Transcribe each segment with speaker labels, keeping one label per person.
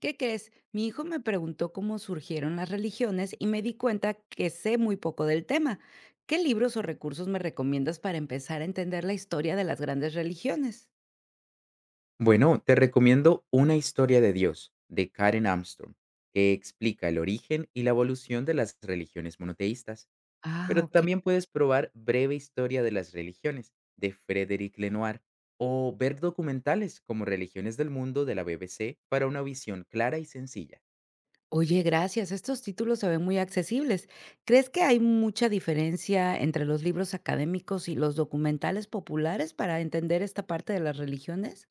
Speaker 1: ¿Qué crees? Mi hijo me preguntó cómo surgieron las religiones y me di cuenta que sé muy poco del tema. ¿Qué libros o recursos me recomiendas para empezar a entender la historia de las grandes religiones?
Speaker 2: Bueno, te recomiendo Una historia de Dios, de Karen Armstrong, que explica el origen y la evolución de las religiones monoteístas.
Speaker 1: Ah,
Speaker 2: Pero
Speaker 1: ok.
Speaker 2: también puedes probar Breve Historia de las Religiones, de Frédéric Lenoir, o ver documentales como Religiones del Mundo de la BBC para una visión clara y sencilla.
Speaker 1: Oye, gracias. Estos títulos se ven muy accesibles. ¿Crees que hay mucha diferencia entre los libros académicos y los documentales populares para entender esta parte de las religiones?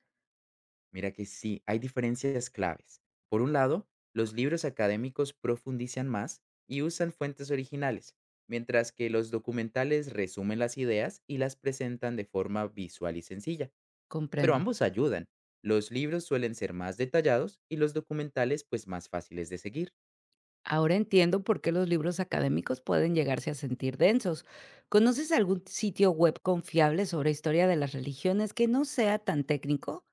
Speaker 2: Mira que sí, hay diferencias claves. Por un lado, los libros académicos profundizan más y usan fuentes originales, mientras que los documentales resumen las ideas y las presentan de forma visual y sencilla, pero
Speaker 1: Comprendo.
Speaker 2: ambos ayudan. Los libros suelen ser más detallados y los documentales pues más fáciles de seguir.
Speaker 1: Ahora entiendo por qué los libros académicos pueden llegarse a sentir densos. ¿Conoces algún sitio web confiable sobre historia de las religiones que no sea tan técnico?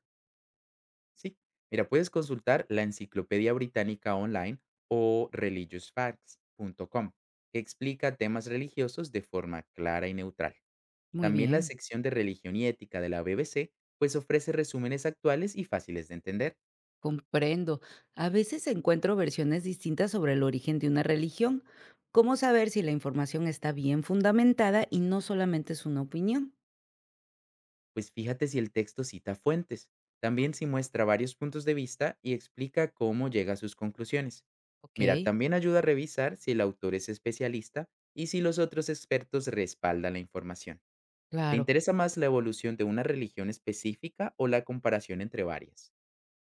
Speaker 2: Sí, mira, puedes consultar la Enciclopedia Británica online o religiousfacts.com, que explica temas religiosos de forma clara y neutral.
Speaker 1: Muy
Speaker 2: También la
Speaker 1: bien,
Speaker 2: sección de religión y ética de la BBC, pues ofrece resúmenes actuales y fáciles de entender,
Speaker 1: comprendo. A veces encuentro versiones distintas sobre el origen de una religión. ¿Cómo saber si la información está bien fundamentada y no solamente es una opinión?
Speaker 2: pues fíjate si el texto cita fuentes, también si muestra varios puntos de vista y explica cómo llega a sus conclusiones.
Speaker 1: Ok,
Speaker 2: Mira, también ayuda a revisar si el autor es especialista y si los otros expertos respaldan la información. ¿Te
Speaker 1: claro.
Speaker 2: interesa más la evolución de una religión específica o la comparación entre varias?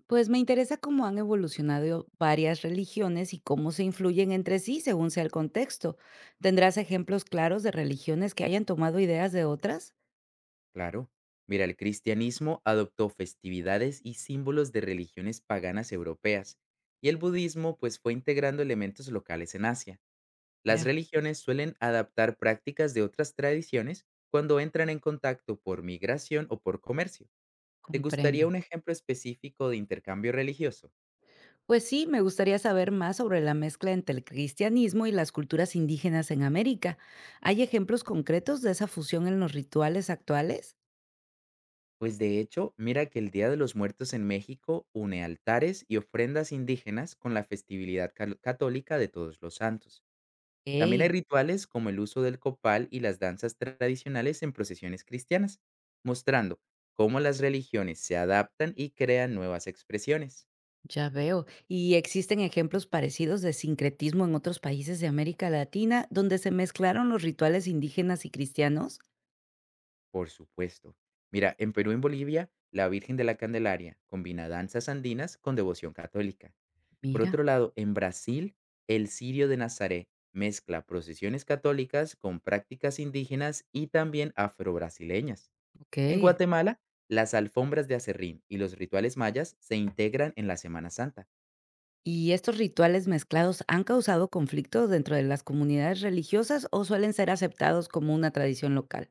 Speaker 1: Pues me interesa cómo han evolucionado varias religiones y cómo se influyen entre sí según sea el contexto. ¿Tendrás ejemplos claros de religiones que hayan tomado ideas de otras?
Speaker 2: Claro. Mira, el cristianismo adoptó festividades y símbolos de religiones paganas europeas, y el budismo pues fue integrando elementos locales en Asia. Las
Speaker 1: Mira,
Speaker 2: religiones suelen adaptar prácticas de otras tradiciones cuando entran en contacto por migración o por comercio. ¿Te gustaría
Speaker 1: comprendo.
Speaker 2: un ejemplo específico de intercambio religioso?
Speaker 1: Pues sí, me gustaría saber más sobre la mezcla entre el cristianismo y las culturas indígenas en América. ¿Hay ejemplos concretos de esa fusión en los rituales actuales?
Speaker 2: Pues de hecho, mira que el Día de los Muertos en México une altares y ofrendas indígenas con la festividad católica de Todos los Santos. También hay rituales como el uso del copal y las danzas tradicionales en procesiones cristianas, mostrando cómo las religiones se adaptan y crean nuevas expresiones.
Speaker 1: Ya veo. ¿Y existen ejemplos parecidos de sincretismo en otros países de América Latina donde se mezclaron los rituales indígenas y cristianos?
Speaker 2: Por supuesto. Mira, en Perú y en Bolivia, la Virgen de la Candelaria combina danzas andinas con devoción católica. Por otro
Speaker 1: Mira,
Speaker 2: lado, en Brasil, el Sirio de Nazaret mezcla procesiones católicas con prácticas indígenas y también afrobrasileñas.
Speaker 1: ok.
Speaker 2: En Guatemala, las alfombras de acerrín y los rituales mayas se integran en la Semana Santa,
Speaker 1: ¿Y estos rituales mezclados han causado conflictos dentro de las comunidades religiosas o suelen ser aceptados como una tradición local?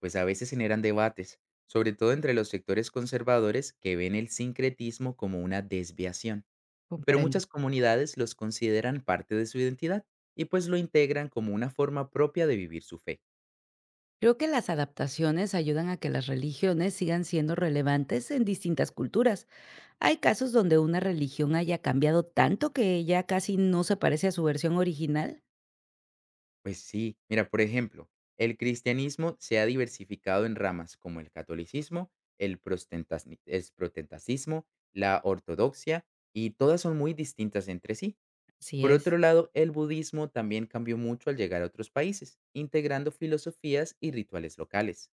Speaker 2: pues a veces generan debates, sobre todo entre los sectores conservadores que ven el sincretismo como una desviación, pero
Speaker 1: Comprendo.
Speaker 2: muchas comunidades los consideran parte de su identidad y pues lo integran como una forma propia de vivir su fe.
Speaker 1: Creo que las adaptaciones ayudan a que las religiones sigan siendo relevantes en distintas culturas. Hay casos donde una religión haya cambiado tanto que ya casi no se parece a su versión original.
Speaker 2: Pues sí, mira, por ejemplo, el cristianismo se ha diversificado en ramas como el catolicismo, el protestantismo, la ortodoxia, y todas son muy distintas entre sí.
Speaker 1: Así
Speaker 2: Por otro
Speaker 1: es.
Speaker 2: lado, el budismo también cambió mucho al llegar a otros países, integrando filosofías y rituales locales.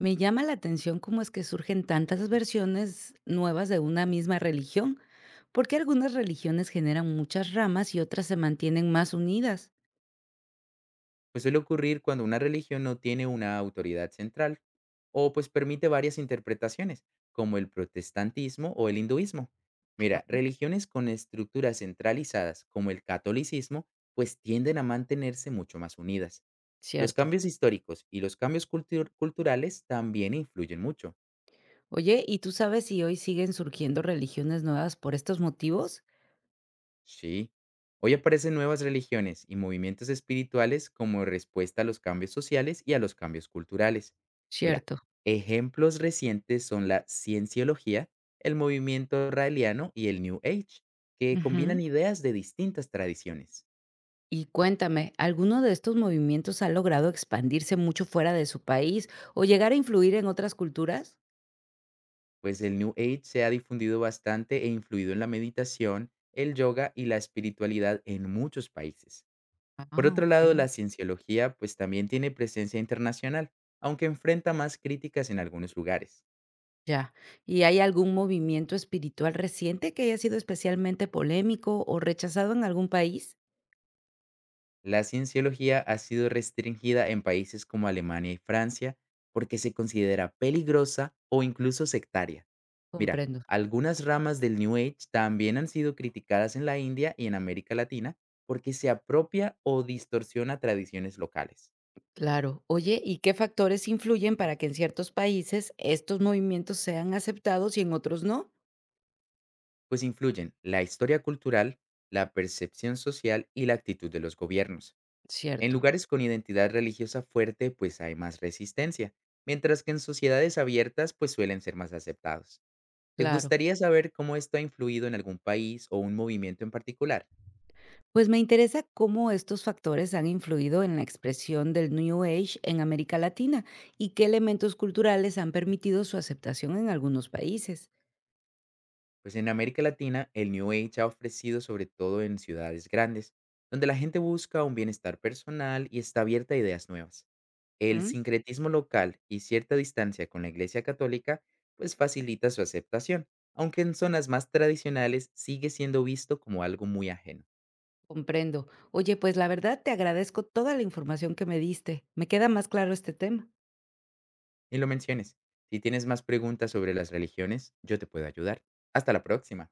Speaker 1: Me llama la atención cómo es que surgen tantas versiones nuevas de una misma religión, porque algunas religiones generan muchas ramas y otras se mantienen más unidas.
Speaker 2: Pues suele ocurrir cuando una religión no tiene una autoridad central o pues permite varias interpretaciones, como el protestantismo o el hinduismo. Mira,
Speaker 1: Ah,
Speaker 2: religiones con estructuras centralizadas como el catolicismo, pues tienden a mantenerse mucho más unidas. Los
Speaker 1: cierto.
Speaker 2: cambios históricos y los cambios culturales también influyen mucho.
Speaker 1: Oye, ¿y tú sabes si hoy siguen surgiendo religiones nuevas por estos motivos?
Speaker 2: Sí. Hoy aparecen nuevas religiones y movimientos espirituales como respuesta a los cambios sociales y a los cambios culturales. Mira,
Speaker 1: Cierto.
Speaker 2: ejemplos recientes son la cienciología, el movimiento raeliano y el New Age, que combinan
Speaker 1: Ujú.
Speaker 2: ideas de distintas tradiciones.
Speaker 1: Y cuéntame, ¿alguno de estos movimientos ha logrado expandirse mucho fuera de su país o llegar a influir en otras culturas?
Speaker 2: Pues el New Age se ha difundido bastante e influido en la meditación, el yoga y la espiritualidad en muchos países. Por
Speaker 1: Ah,
Speaker 2: otro lado, la
Speaker 1: ok.
Speaker 2: cienciología pues también tiene presencia internacional, aunque enfrenta más críticas en algunos lugares.
Speaker 1: Ya. ¿Y hay algún movimiento espiritual reciente que haya sido especialmente polémico o rechazado en algún país?
Speaker 2: La cienciología ha sido restringida en países como Alemania y Francia porque se considera peligrosa o incluso sectaria. Mira,
Speaker 1: Comprendo.
Speaker 2: algunas ramas del New Age también han sido criticadas en la India y en América Latina porque se apropia o distorsiona tradiciones locales,
Speaker 1: Claro. Oye, ¿y qué factores influyen para que en ciertos países estos movimientos sean aceptados y en otros no?
Speaker 2: pues influyen la historia cultural, la percepción social y la actitud de los gobiernos. En
Speaker 1: Cierto,
Speaker 2: lugares con identidad religiosa fuerte, pues hay más resistencia, mientras que en sociedades abiertas, pues suelen ser más aceptados. ¿Te
Speaker 1: claro.
Speaker 2: gustaría saber cómo esto ha influido en algún país o un movimiento en particular?
Speaker 1: Pues me interesa cómo estos factores han influido en la expresión del New Age en América Latina y qué elementos culturales han permitido su aceptación en algunos países.
Speaker 2: Pues en América Latina, el New Age ha ofrecido sobre todo en ciudades grandes, donde la gente busca un bienestar personal y está abierta a ideas nuevas. El sincretismo local y cierta distancia con la Iglesia Católica, pues facilita su aceptación, aunque en zonas más tradicionales sigue siendo visto como algo muy ajeno.
Speaker 1: Comprendo. Oye, pues la verdad te agradezco toda la información que me diste. Me queda más claro este tema.
Speaker 2: Y lo menciones. Si tienes más preguntas sobre las religiones, yo te puedo ayudar. Hasta la próxima.